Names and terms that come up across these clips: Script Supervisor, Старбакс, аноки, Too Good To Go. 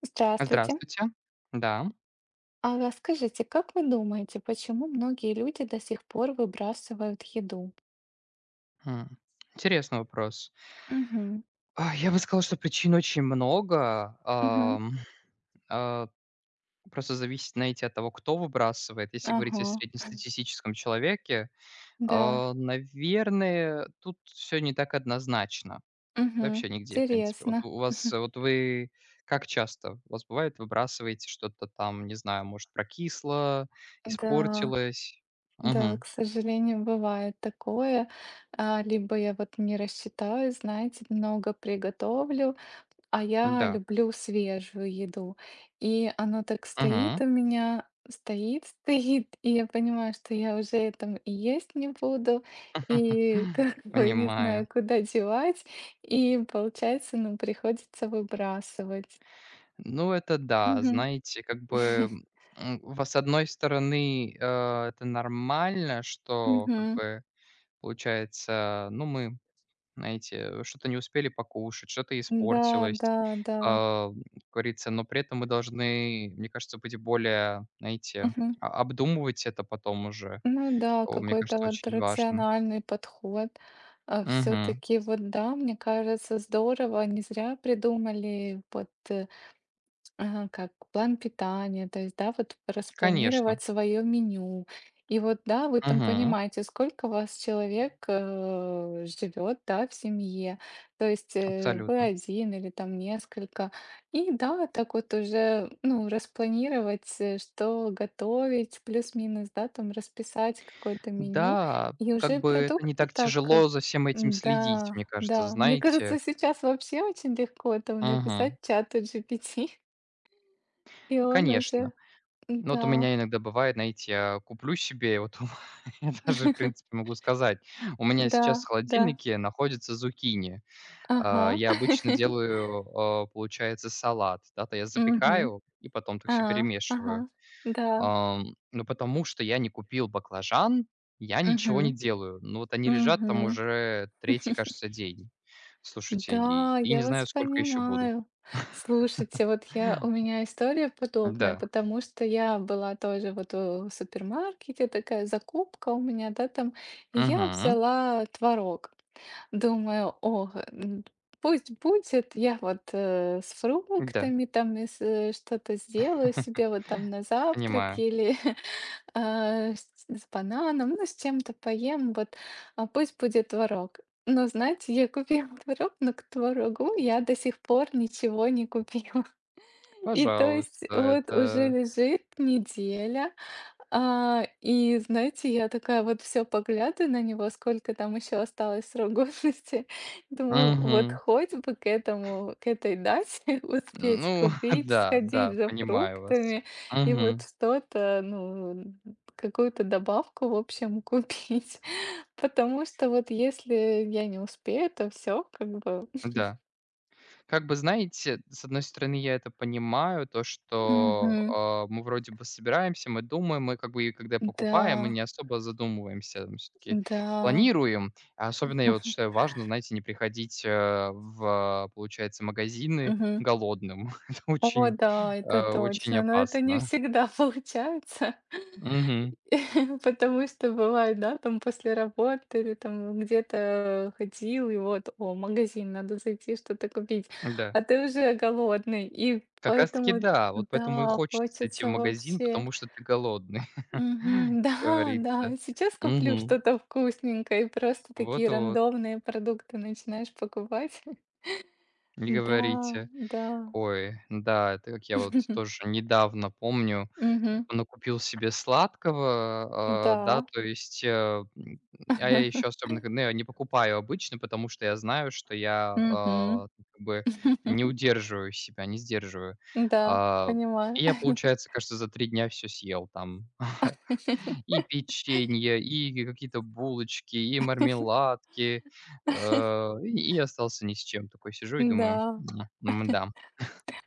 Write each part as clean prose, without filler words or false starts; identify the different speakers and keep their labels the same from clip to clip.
Speaker 1: Здравствуйте.
Speaker 2: Здравствуйте. Да.
Speaker 1: А расскажите, как вы думаете, почему многие люди до сих пор выбрасывают еду?
Speaker 2: М. Интересный вопрос.
Speaker 1: Мгм.
Speaker 2: Я бы сказал, что причин очень много.
Speaker 1: Мгм.
Speaker 2: А, просто зависит, знаете, от того, кто выбрасывает. Если
Speaker 1: Ага.
Speaker 2: говорить о среднестатистическом человеке,
Speaker 1: Да.
Speaker 2: наверное, тут все не так однозначно.
Speaker 1: Мгм.
Speaker 2: Вообще нигде, в принципе. Вот
Speaker 1: Интересно.
Speaker 2: у вас, вот вы как часто у вас бывает, выбрасываете что-то там, не знаю, может, прокисло,
Speaker 1: Да.
Speaker 2: испортилось?
Speaker 1: Да,
Speaker 2: Угу.
Speaker 1: к сожалению, бывает такое. А, либо я вот не рассчитаю, знаете, много приготовлю. А я
Speaker 2: Да.
Speaker 1: люблю свежую еду. И оно так стоит
Speaker 2: Мгм.
Speaker 1: у меня, стоит, стоит, и я понимаю, что я уже этом и есть не буду, и как бы не
Speaker 2: Понимаю.
Speaker 1: знаю, куда девать, и получается, ну, приходится выбрасывать.
Speaker 2: Ну, это да,
Speaker 1: Мгм.
Speaker 2: знаете, как бы, м, во с одной стороны, это нормально, что как
Speaker 1: Мгм.
Speaker 2: бы получается, ну, мы, знаете, что-то не успели покушать, что-то
Speaker 1: Да,
Speaker 2: испортилось,
Speaker 1: да, да.
Speaker 2: как говорится, но при этом мы должны, мне кажется, быть более, знаете,
Speaker 1: Мгм.
Speaker 2: обдумывать это потом уже.
Speaker 1: Ну да,
Speaker 2: О, мне
Speaker 1: какой-то
Speaker 2: кажется,
Speaker 1: вот
Speaker 2: очень важно.
Speaker 1: рациональный подход.
Speaker 2: Мгм.
Speaker 1: Все-таки вот да, мне кажется, здорово, не зря придумали вот ага, как план питания, то есть, да, вот
Speaker 2: Конечно.
Speaker 1: распланировать свое меню. И вот, да, вы там
Speaker 2: Мгм.
Speaker 1: понимаете, сколько вас человек живет, да, в семье, то есть вы
Speaker 2: Абсолютно.
Speaker 1: один или там несколько. И да, так вот уже, ну, распланировать, что готовить, плюс-минус, да, там расписать какое-то меню,
Speaker 2: Да,
Speaker 1: и уже
Speaker 2: как бы это не
Speaker 1: продукты
Speaker 2: так
Speaker 1: так
Speaker 2: тяжело за всем этим следить,
Speaker 1: да,
Speaker 2: мне кажется,
Speaker 1: да. Мне
Speaker 2: знаете.
Speaker 1: кажется, сейчас вообще очень легко там
Speaker 2: Мгм.
Speaker 1: написать чату GPT, и он
Speaker 2: Конечно.
Speaker 1: уже.
Speaker 2: Ну, вот у
Speaker 1: Да,
Speaker 2: меня иногда бывает, знаете, я куплю себе, я даже, в принципе, могу сказать, у меня
Speaker 1: да,
Speaker 2: сейчас в
Speaker 1: да.
Speaker 2: холодильнике находится зукини.
Speaker 1: Ага.
Speaker 2: Я обычно делаю, получается, салат, да, то я
Speaker 1: Мгм.
Speaker 2: запекаю и потом так
Speaker 1: А,
Speaker 2: все
Speaker 1: ага.
Speaker 2: перемешиваю.
Speaker 1: Да.
Speaker 2: Ну, потому что я не купил баклажан, я ничего
Speaker 1: Угу.
Speaker 2: не делаю. Ну, вот они лежат там
Speaker 1: Мгм.
Speaker 2: уже третий, кажется, день. Слушайте,
Speaker 1: Да,
Speaker 2: и не
Speaker 1: я вас
Speaker 2: знаю, сколько еще будут.
Speaker 1: понимаю. Слушайте, вот я, у меня история подобная,
Speaker 2: Да.
Speaker 1: потому что я была тоже вот в супермаркете, такая закупка у меня, да, там, и я
Speaker 2: Мгм.
Speaker 1: взяла творог. Думаю, о, пусть будет, я вот с
Speaker 2: Да.
Speaker 1: фруктами там и с, что-то сделаю себе вот там на завтрак
Speaker 2: Понимаю.
Speaker 1: или а, с бананом, ну, с чем-то поем, вот, а, пусть будет творог. Но, знаете, я купила творог, но к творогу я до сих пор ничего не купила. И то
Speaker 2: Пожалуйста,
Speaker 1: есть вот уже
Speaker 2: это
Speaker 1: лежит неделя, а, и знаете, я такая вот все поглядываю на него, сколько там еще осталось срок годности. Думаю, вот
Speaker 2: Мгм.
Speaker 1: хоть бы к этому, к этой дате успеть
Speaker 2: Ну
Speaker 1: купить,
Speaker 2: да,
Speaker 1: сходить
Speaker 2: да,
Speaker 1: за
Speaker 2: понимаю вас.
Speaker 1: фруктами и вот
Speaker 2: Мгм.
Speaker 1: что-то, ну, какую-то добавку, в общем, купить. Потому что вот если я не успею, то все как бы.
Speaker 2: Да. Как бы, знаете, с одной стороны, я это понимаю, то, что,
Speaker 1: Мгм.
Speaker 2: мы вроде бы собираемся, мы думаем, мы как бы и когда
Speaker 1: Да,
Speaker 2: покупаем, мы не особо задумываемся, мы всё-таки
Speaker 1: да.
Speaker 2: планируем. А особенно, я вот считаю, важно, знаете, не приходить, в, получается, магазины
Speaker 1: Мгм.
Speaker 2: голодным. Это
Speaker 1: О
Speaker 2: очень,
Speaker 1: да, это
Speaker 2: очень
Speaker 1: точно, но это не
Speaker 2: опасно.
Speaker 1: всегда получается,
Speaker 2: Мгм.
Speaker 1: потому что бывает, да, там после работы или там где-то ходил, и вот, о, магазин, надо зайти что-то купить,
Speaker 2: Да.
Speaker 1: а ты уже голодный, и
Speaker 2: Как раз таки
Speaker 1: поэтому,
Speaker 2: да, вот поэтому и
Speaker 1: да,
Speaker 2: хочется идти в
Speaker 1: хочется
Speaker 2: магазин,
Speaker 1: вообще.
Speaker 2: потому что ты голодный, как
Speaker 1: Мгм. Да, да,
Speaker 2: говорится.
Speaker 1: сейчас куплю
Speaker 2: Угу.
Speaker 1: что-то вкусненькое, и просто такие
Speaker 2: Вот-вот.
Speaker 1: рандомные продукты начинаешь покупать.
Speaker 2: Не
Speaker 1: Да,
Speaker 2: говорите.
Speaker 1: да.
Speaker 2: Ой, да, это как я вот тоже недавно помню,
Speaker 1: Мгм.
Speaker 2: накупил себе сладкого, да,
Speaker 1: Да.
Speaker 2: то есть, м, а я еще особенно, ну, я не покупаю обычно, потому что я знаю, что я,
Speaker 1: Мгм.
Speaker 2: как бы не удерживаю себя, не сдерживаю.
Speaker 1: Да,
Speaker 2: А,
Speaker 1: понимаю.
Speaker 2: и я, получается, кажется, за 3 дня все съел там. И печенье, и какие-то булочки, и мармеладки, и остался ни с чем. Такой сижу и думаю:
Speaker 1: Да.
Speaker 2: да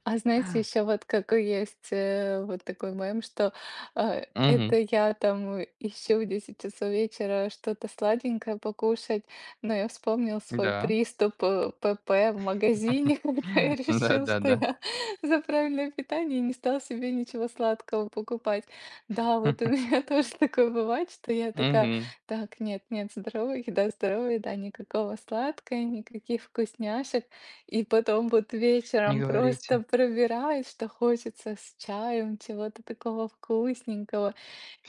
Speaker 1: А знаете, еще вот какой есть вот такой мем, что
Speaker 2: Мгм.
Speaker 1: это я там ищу в 10 часов вечера что-то сладенькое покушать, но я вспомнил свой
Speaker 2: Да.
Speaker 1: приступ ПП в магазине, когда я решил, что
Speaker 2: Да-да-да.
Speaker 1: я за правильное питание и не стал себе ничего сладкого покупать. Да, вот у меня тоже такое бывает, что я такая,
Speaker 2: Мгм.
Speaker 1: так, нет, нет, здоровая еда, никакого сладкого, никаких вкусняшек. И потом вот
Speaker 2: Не
Speaker 1: вечером просто
Speaker 2: говорите.
Speaker 1: пробираешь, что хочется с чаем, чего-то такого вкусненького.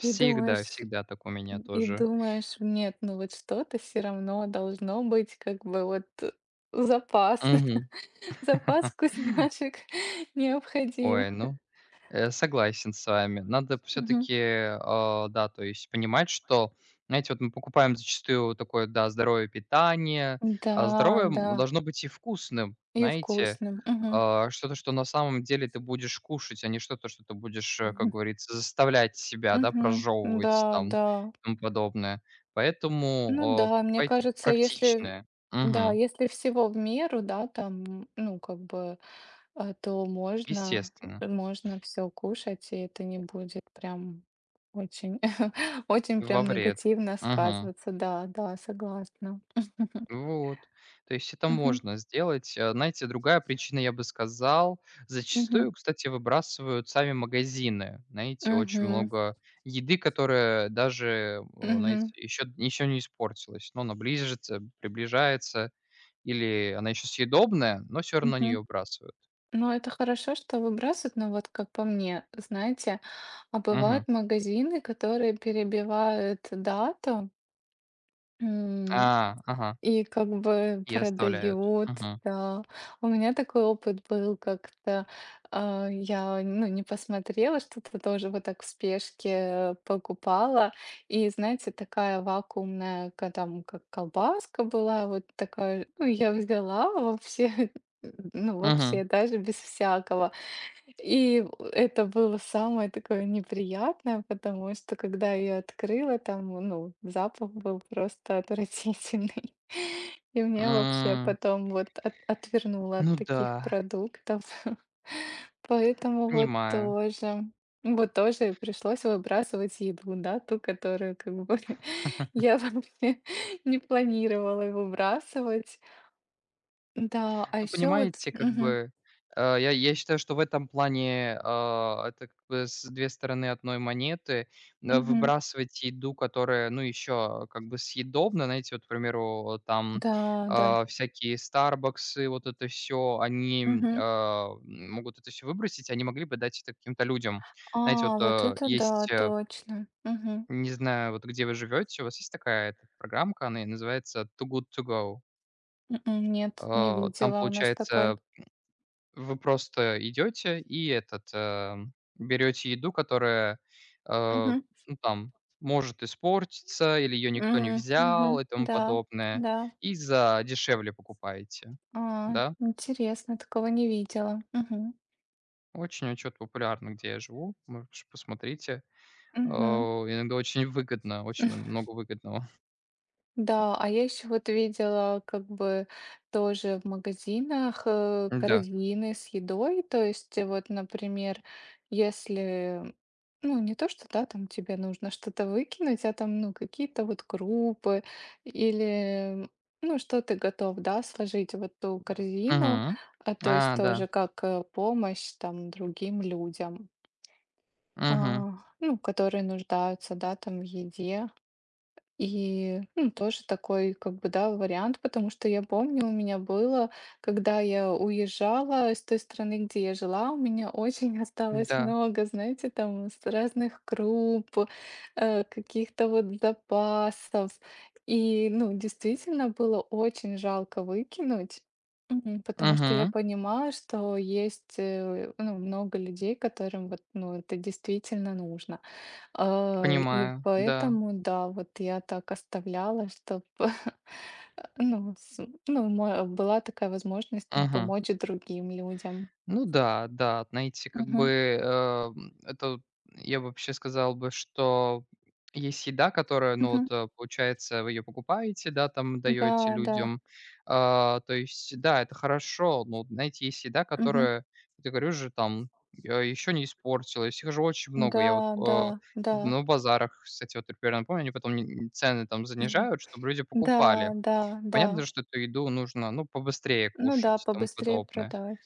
Speaker 1: И думаешь,
Speaker 2: всегда так у меня
Speaker 1: и
Speaker 2: тоже.
Speaker 1: думаешь, нет, ну вот что-то все равно должно быть, как бы вот запас,
Speaker 2: Мгм.
Speaker 1: запас вкусняшек необходим.
Speaker 2: Ой, ну, согласен с вами. Надо все
Speaker 1: Мгм.
Speaker 2: таки да, то есть понимать, что, знаете, вот мы покупаем зачастую такое, да, здоровое питание,
Speaker 1: Да,
Speaker 2: а здоровое,
Speaker 1: да,
Speaker 2: должно быть и вкусным,
Speaker 1: и
Speaker 2: знаете.
Speaker 1: вкусным. Мгм.
Speaker 2: Что-то, что на самом деле ты будешь кушать, а не что-то, что ты будешь, как
Speaker 1: Мгм.
Speaker 2: говорится, заставлять себя, да,
Speaker 1: Мгм. Да,
Speaker 2: прожевывать там и
Speaker 1: да.
Speaker 2: тому подобное. Поэтому,
Speaker 1: Ну да, мне
Speaker 2: покупайте
Speaker 1: кажется, если,
Speaker 2: практичное.
Speaker 1: да,
Speaker 2: Мгм.
Speaker 1: если всего в меру, да, там, ну, как бы, а, то можно,
Speaker 2: Естественно.
Speaker 1: можно все кушать, и это не будет прям очень, очень
Speaker 2: Во
Speaker 1: прям
Speaker 2: вред.
Speaker 1: негативно
Speaker 2: Мгм.
Speaker 1: сказываться. Да, да, согласна.
Speaker 2: Вот. То есть это
Speaker 1: Мгм.
Speaker 2: можно сделать. Знаете, другая причина, я бы сказал,
Speaker 1: Мгм.
Speaker 2: зачастую, кстати, выбрасывают сами магазины. Знаете, очень
Speaker 1: Мгм.
Speaker 2: много еды, которая даже, знаете,
Speaker 1: Мгм.
Speaker 2: еще, еще не испортилась, но она ближется, приближается, или она еще съедобная, но все равно не
Speaker 1: Мгм.
Speaker 2: ее выбрасывают.
Speaker 1: Ну, это хорошо, что выбрасывают, но вот как по мне, знаете, а
Speaker 2: Мгм.
Speaker 1: бывают магазины, которые перебивают дату. М,
Speaker 2: Ага,
Speaker 1: и как бы
Speaker 2: и оставляют.
Speaker 1: продают,
Speaker 2: Мгм.
Speaker 1: да. У меня такой опыт был как-то. А, я, ну, не посмотрела, что-то тоже вот так в спешке покупала. И, знаете, такая вакуумная, там, как колбаска была, вот такая, ну, я взяла вообще, ну,
Speaker 2: Мгм.
Speaker 1: вообще, даже без всякого. И это было самое такое неприятное, потому что когда я открыла, там, ну, запах был просто отвратительный. И мне вообще
Speaker 2: М,
Speaker 1: потом вот отвернуло от
Speaker 2: Ну
Speaker 1: таких
Speaker 2: да,
Speaker 1: продуктов. Поэтому вот
Speaker 2: понимаю.
Speaker 1: тоже, вот тоже пришлось выбрасывать еду, да, ту, которую как бы я вообще не планировала выбрасывать. Да, а
Speaker 2: Ну,
Speaker 1: еще вот,
Speaker 2: понимаете, как
Speaker 1: мгм,
Speaker 2: бы, я считаю, что в этом плане, это как бы с 2 стороны одной монеты.
Speaker 1: мгм,
Speaker 2: Выбрасывать еду, которая, ну, еще как бы съедобна, знаете, вот, к примеру, там,
Speaker 1: да, да.
Speaker 2: всякие "Старбаксы", вот это все, они, могут это все выбросить, они могли бы дать это каким-то людям. Знаете, вот,
Speaker 1: А, вот это да,
Speaker 2: есть,
Speaker 1: точно. Мгм.
Speaker 2: не знаю, вот где вы живете, у вас есть такая эта программка, она называется "Too Good To Go".
Speaker 1: Нет, не
Speaker 2: Там,
Speaker 1: видела у нас такой.
Speaker 2: получается вы просто идете и этот, берете еду, которая, э,
Speaker 1: Мгм.
Speaker 2: ну, там может испортиться или ее никто не
Speaker 1: Мгм.
Speaker 2: взял и тому
Speaker 1: Да,
Speaker 2: подобное,
Speaker 1: да.
Speaker 2: и за дешевле покупаете,
Speaker 1: А,
Speaker 2: да.
Speaker 1: интересно, такого не видела. Мгм.
Speaker 2: Очень очень вот популярно, где я живу, может, ш посмотрите.
Speaker 1: Мгм.
Speaker 2: Иногда очень выгодно, очень много выгодного.
Speaker 1: Да, а я еще вот видела как бы тоже в магазинах
Speaker 2: Да.
Speaker 1: корзины с едой, то есть вот, например, если, ну, не то, что, да, там тебе нужно что-то выкинуть, а там, ну, какие-то вот крупы или, ну, что ты готов, да, сложить в эту корзину,
Speaker 2: Мгм.
Speaker 1: а, то есть
Speaker 2: А, да.
Speaker 1: тоже как помощь там другим людям,
Speaker 2: Мгм.
Speaker 1: а, ну, которые нуждаются, да, там в еде. И, ну, тоже такой, как бы, да, вариант, потому что я помню, у меня было, когда я уезжала из той страны, где я жила, у меня очень осталось
Speaker 2: Да.
Speaker 1: много, знаете, там, с разных круп, каких-то вот запасов. И, ну, действительно было очень жалко выкинуть, потому что я
Speaker 2: Мгм.
Speaker 1: понимала, что есть, ну, много людей, которым вот, ну, это действительно нужно. А, и
Speaker 2: Понимаю. Да.
Speaker 1: поэтому, да, вот я так оставляла, чтобы, ну, с ну, мо была такая возможность там
Speaker 2: Мгм.
Speaker 1: помочь другим людям.
Speaker 2: Ну да, да, вот знаете, как
Speaker 1: Мгм,
Speaker 2: бы, эм, это, я вообще сказал бы, что есть еда, которая, ну
Speaker 1: мгм.
Speaker 2: вот, получается, вы ее покупаете, да, там
Speaker 1: Да,
Speaker 2: даете
Speaker 1: да.
Speaker 2: людям. То есть, да, это хорошо, но, вот, знаете, есть еда,
Speaker 1: Мгм.
Speaker 2: которая, вот я говорю же, там, еще не испортилась. Их же очень много. Я вот,
Speaker 1: Да, да, да.
Speaker 2: ну, в базарах, кстати, вот примерно помню, они потом цены там
Speaker 1: Мгм.
Speaker 2: занижают, чтобы люди
Speaker 1: Да,
Speaker 2: покупали.
Speaker 1: да, да.
Speaker 2: Понятно, что эту еду нужно, ну, побыстрее
Speaker 1: Ну да,
Speaker 2: кушать и тому
Speaker 1: побыстрее
Speaker 2: подобное.
Speaker 1: продать.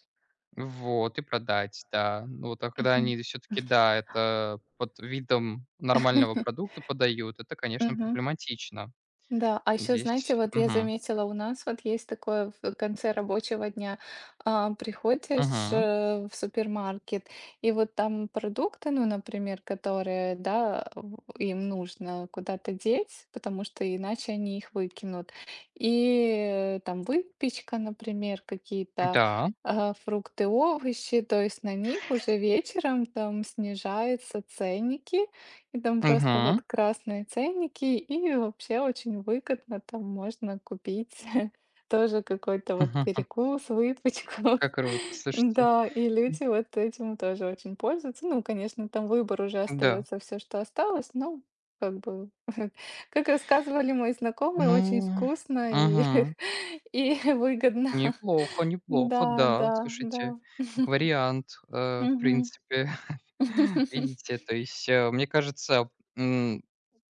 Speaker 2: Вот, и продать, да. Ну вот, а когда
Speaker 1: Мгм.
Speaker 2: они все таки да, это под видом нормального продукта подают, это, конечно,
Speaker 1: Мгм.
Speaker 2: проблематично.
Speaker 1: Да, а еще, знаете,
Speaker 2: Здесь
Speaker 1: вот я
Speaker 2: мгм,
Speaker 1: заметила, у нас вот есть такое в конце рабочего дня, а, приходишь
Speaker 2: мгм,
Speaker 1: в супермаркет, и вот там продукты, ну, например, которые, да, им нужно куда-то деть, потому что иначе они их выкинут. И там выпечка, например, какие-то
Speaker 2: да,
Speaker 1: а, фрукты, овощи, то есть на них уже вечером там снижаются ценники, и там просто
Speaker 2: мгм,
Speaker 1: вот красные ценники, и вообще очень выгодно там можно купить тоже какой-то вот перекус, выпечку.
Speaker 2: как круто, слушайте.
Speaker 1: Да, и люди вот этим тоже очень пользуются. Ну, конечно, там выбор уже
Speaker 2: Да,
Speaker 1: остается все, что осталось, но как бы, как рассказывали мои знакомые, очень
Speaker 2: ну,
Speaker 1: вкусно и,
Speaker 2: мгм,
Speaker 1: и выгодно.
Speaker 2: неплохо, неплохо,
Speaker 1: Да,
Speaker 2: да,
Speaker 1: да,
Speaker 2: слушайте,
Speaker 1: да.
Speaker 2: как вариант, в
Speaker 1: Мгм.
Speaker 2: принципе. Видите, то есть, мне кажется,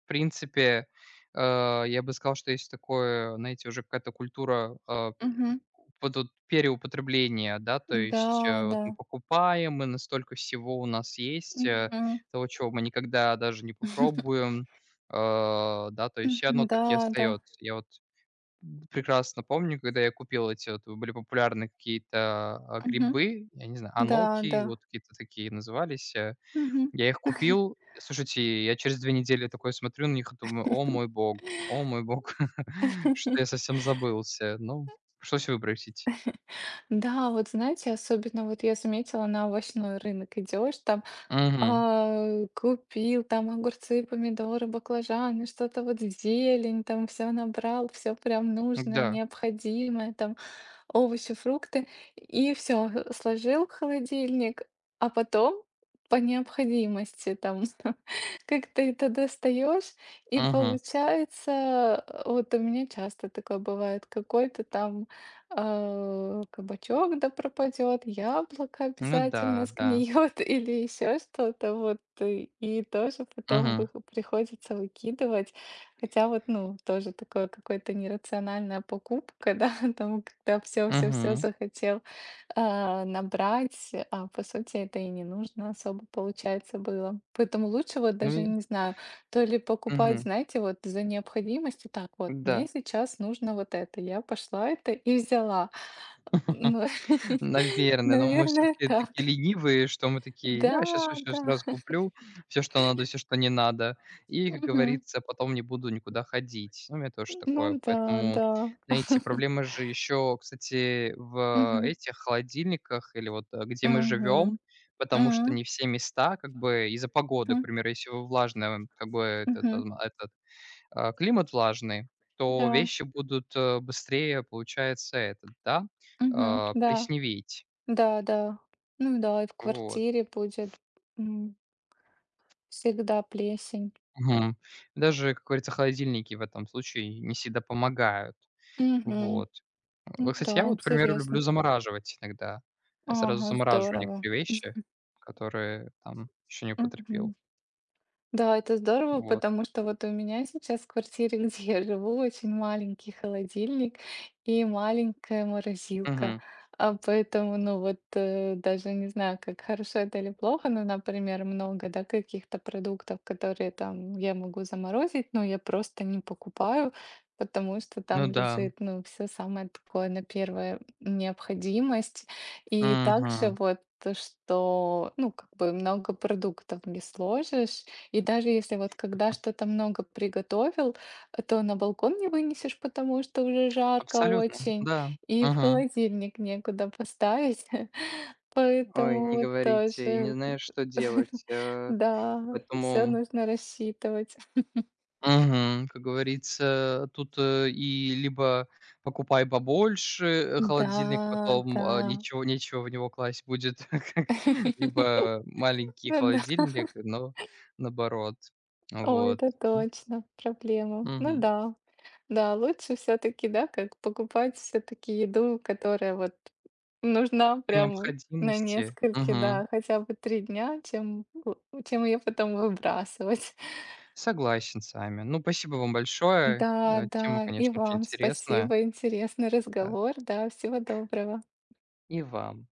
Speaker 2: В принципе, я бы сказал, что есть такое, знаете, уже какая-то культура,
Speaker 1: Мгм.
Speaker 2: вот переупотребления, да, то есть,
Speaker 1: Да,
Speaker 2: вот
Speaker 1: да.
Speaker 2: мы покупаем, мы настолько всего у нас есть,
Speaker 1: Мгм.
Speaker 2: того, чего мы никогда даже не попробуем, да, то есть всё
Speaker 1: Мгм.
Speaker 2: оно так
Speaker 1: Да,
Speaker 2: и
Speaker 1: да.
Speaker 2: остается. Я вот прекрасно помню, когда я купил эти вот, были популярны какие-то,
Speaker 1: Мгм.
Speaker 2: грибы, я не знаю,
Speaker 1: Да,
Speaker 2: аноки,
Speaker 1: да.
Speaker 2: вот какие-то такие назывались.
Speaker 1: Мгм.
Speaker 2: Я их купил. Слушайте, я через 2 недели такой смотрю на них и думаю: о мой бог, что я совсем забылся". Ну, пришлось выбросить.
Speaker 1: Да, вот знаете, особенно вот я заметила, на овощной рынок идешь, там,
Speaker 2: Мгм.
Speaker 1: а, купил там огурцы, помидоры, баклажаны, что-то вот зелень, там все набрал, все прям нужное,
Speaker 2: Да.
Speaker 1: необходимое, там овощи, фрукты, и все сложил в холодильник, а потом по необходимости там как ты это достаешь и
Speaker 2: Мгм.
Speaker 1: получается, вот у меня часто такое бывает, какой-то там, кабачок да пропадет, яблоко
Speaker 2: Ну
Speaker 1: обязательно
Speaker 2: да, да.
Speaker 1: сгниет или еще что-то, вот, и тоже потом
Speaker 2: Мгм.
Speaker 1: вых приходится выкидывать. Хотя вот, ну, тоже такое какое-то нерациональная покупка, да, там, когда все, все, все
Speaker 2: Мгм.
Speaker 1: захотел, а, набрать, а по сути это и не нужно особо, получается, было. Поэтому лучше вот
Speaker 2: Ну
Speaker 1: даже,
Speaker 2: и
Speaker 1: не знаю, то ли покупать,
Speaker 2: мгм.
Speaker 1: знаете, вот за необходимостью, так вот, мне
Speaker 2: Да.
Speaker 1: сейчас нужно вот это, я пошла это и взяла. Ну,
Speaker 2: Наверное, но мы все
Speaker 1: наверное,
Speaker 2: таки
Speaker 1: так.
Speaker 2: такие ленивые, что мы такие:
Speaker 1: Да,
Speaker 2: "Я сейчас щас
Speaker 1: да.
Speaker 2: щас раз куплю все, что надо, все, что не надо, и, как
Speaker 1: Мгм.
Speaker 2: говорится, потом не буду никуда ходить". Ну, у меня тоже такое,
Speaker 1: Ну да,
Speaker 2: поэтому,
Speaker 1: да.
Speaker 2: знаете, проблема же еще, кстати, в
Speaker 1: Мгм.
Speaker 2: этих холодильниках или вот, где мы
Speaker 1: Мгм.
Speaker 2: живем, потому что
Speaker 1: М,
Speaker 2: не все места, как бы, из-за погоды, к
Speaker 1: мгм.
Speaker 2: примеру, если вы влажная, как бы,
Speaker 1: Мгм.
Speaker 2: этот климат влажный, то
Speaker 1: Да.
Speaker 2: вещи будут, быстрее, получается, да,
Speaker 1: Мгм. Да.
Speaker 2: плесневеть.
Speaker 1: Да, да. Ну да, и в
Speaker 2: Вот.
Speaker 1: квартире будет, м, всегда плесень.
Speaker 2: Мгм. Даже, как говорится, холодильники в этом случае не всегда помогают.
Speaker 1: Мгм.
Speaker 2: Вот.
Speaker 1: Ну
Speaker 2: Вот, кстати, я
Speaker 1: да,
Speaker 2: вот, к примеру, люблю
Speaker 1: интересно.
Speaker 2: замораживать иногда. Я сразу
Speaker 1: Ага,
Speaker 2: замораживаю
Speaker 1: здорово.
Speaker 2: некоторые вещи, которые там еще не употребил.
Speaker 1: Мгм. Да, это здорово,
Speaker 2: Вот.
Speaker 1: потому что вот у меня сейчас в квартире, где я живу, очень маленький холодильник и маленькая морозилка.
Speaker 2: Мгм.
Speaker 1: А поэтому, ну вот, даже не знаю, как хорошо это или плохо, но, например, много, да, каких-то продуктов, которые там я могу заморозить, но я просто не покупаю, потому что
Speaker 2: Ну
Speaker 1: там
Speaker 2: да.
Speaker 1: лежит, ну, все самое такое на первое необходимость. И также
Speaker 2: Мгм.
Speaker 1: вот, что, ну, как бы много продуктов не сложишь, и даже если вот когда что-то много приготовил, то на балкон не вынесешь, потому что уже жарко
Speaker 2: Абсолютно,
Speaker 1: очень,
Speaker 2: да.
Speaker 1: и в
Speaker 2: Мгм.
Speaker 1: холодильник некуда поставить.
Speaker 2: Ой,
Speaker 1: Поэтому
Speaker 2: не
Speaker 1: вот
Speaker 2: говорите, и не
Speaker 1: тоже,
Speaker 2: знаешь, что делать.
Speaker 1: да, все
Speaker 2: Поэтому
Speaker 1: нужно рассчитывать.
Speaker 2: Мгм. Как говорится, тут, и либо покупай побольше, холодильник,
Speaker 1: Да,
Speaker 2: потом,
Speaker 1: да.
Speaker 2: ничего нечего в него класть будет, как либо маленький
Speaker 1: Ну да.
Speaker 2: холодильник, но наоборот.
Speaker 1: О,
Speaker 2: Вот.
Speaker 1: это
Speaker 2: Ну,
Speaker 1: точно, проблема. Ну
Speaker 2: мгм.
Speaker 1: да, да, лучше все-таки, да, как покупать все-таки еду, которая вот нужна
Speaker 2: По
Speaker 1: прям на
Speaker 2: необходимости.
Speaker 1: несколько,
Speaker 2: Мгм.
Speaker 1: да, хотя бы 3 дня, чем, чем ее потом выбрасывать.
Speaker 2: Согласен с вами. Ну, спасибо вам большое.
Speaker 1: Да,
Speaker 2: Тема,
Speaker 1: да, и
Speaker 2: конечно, очень
Speaker 1: вам
Speaker 2: интересная.
Speaker 1: спасибо, интересный
Speaker 2: Да.
Speaker 1: разговор, да, всего доброго.
Speaker 2: И вам.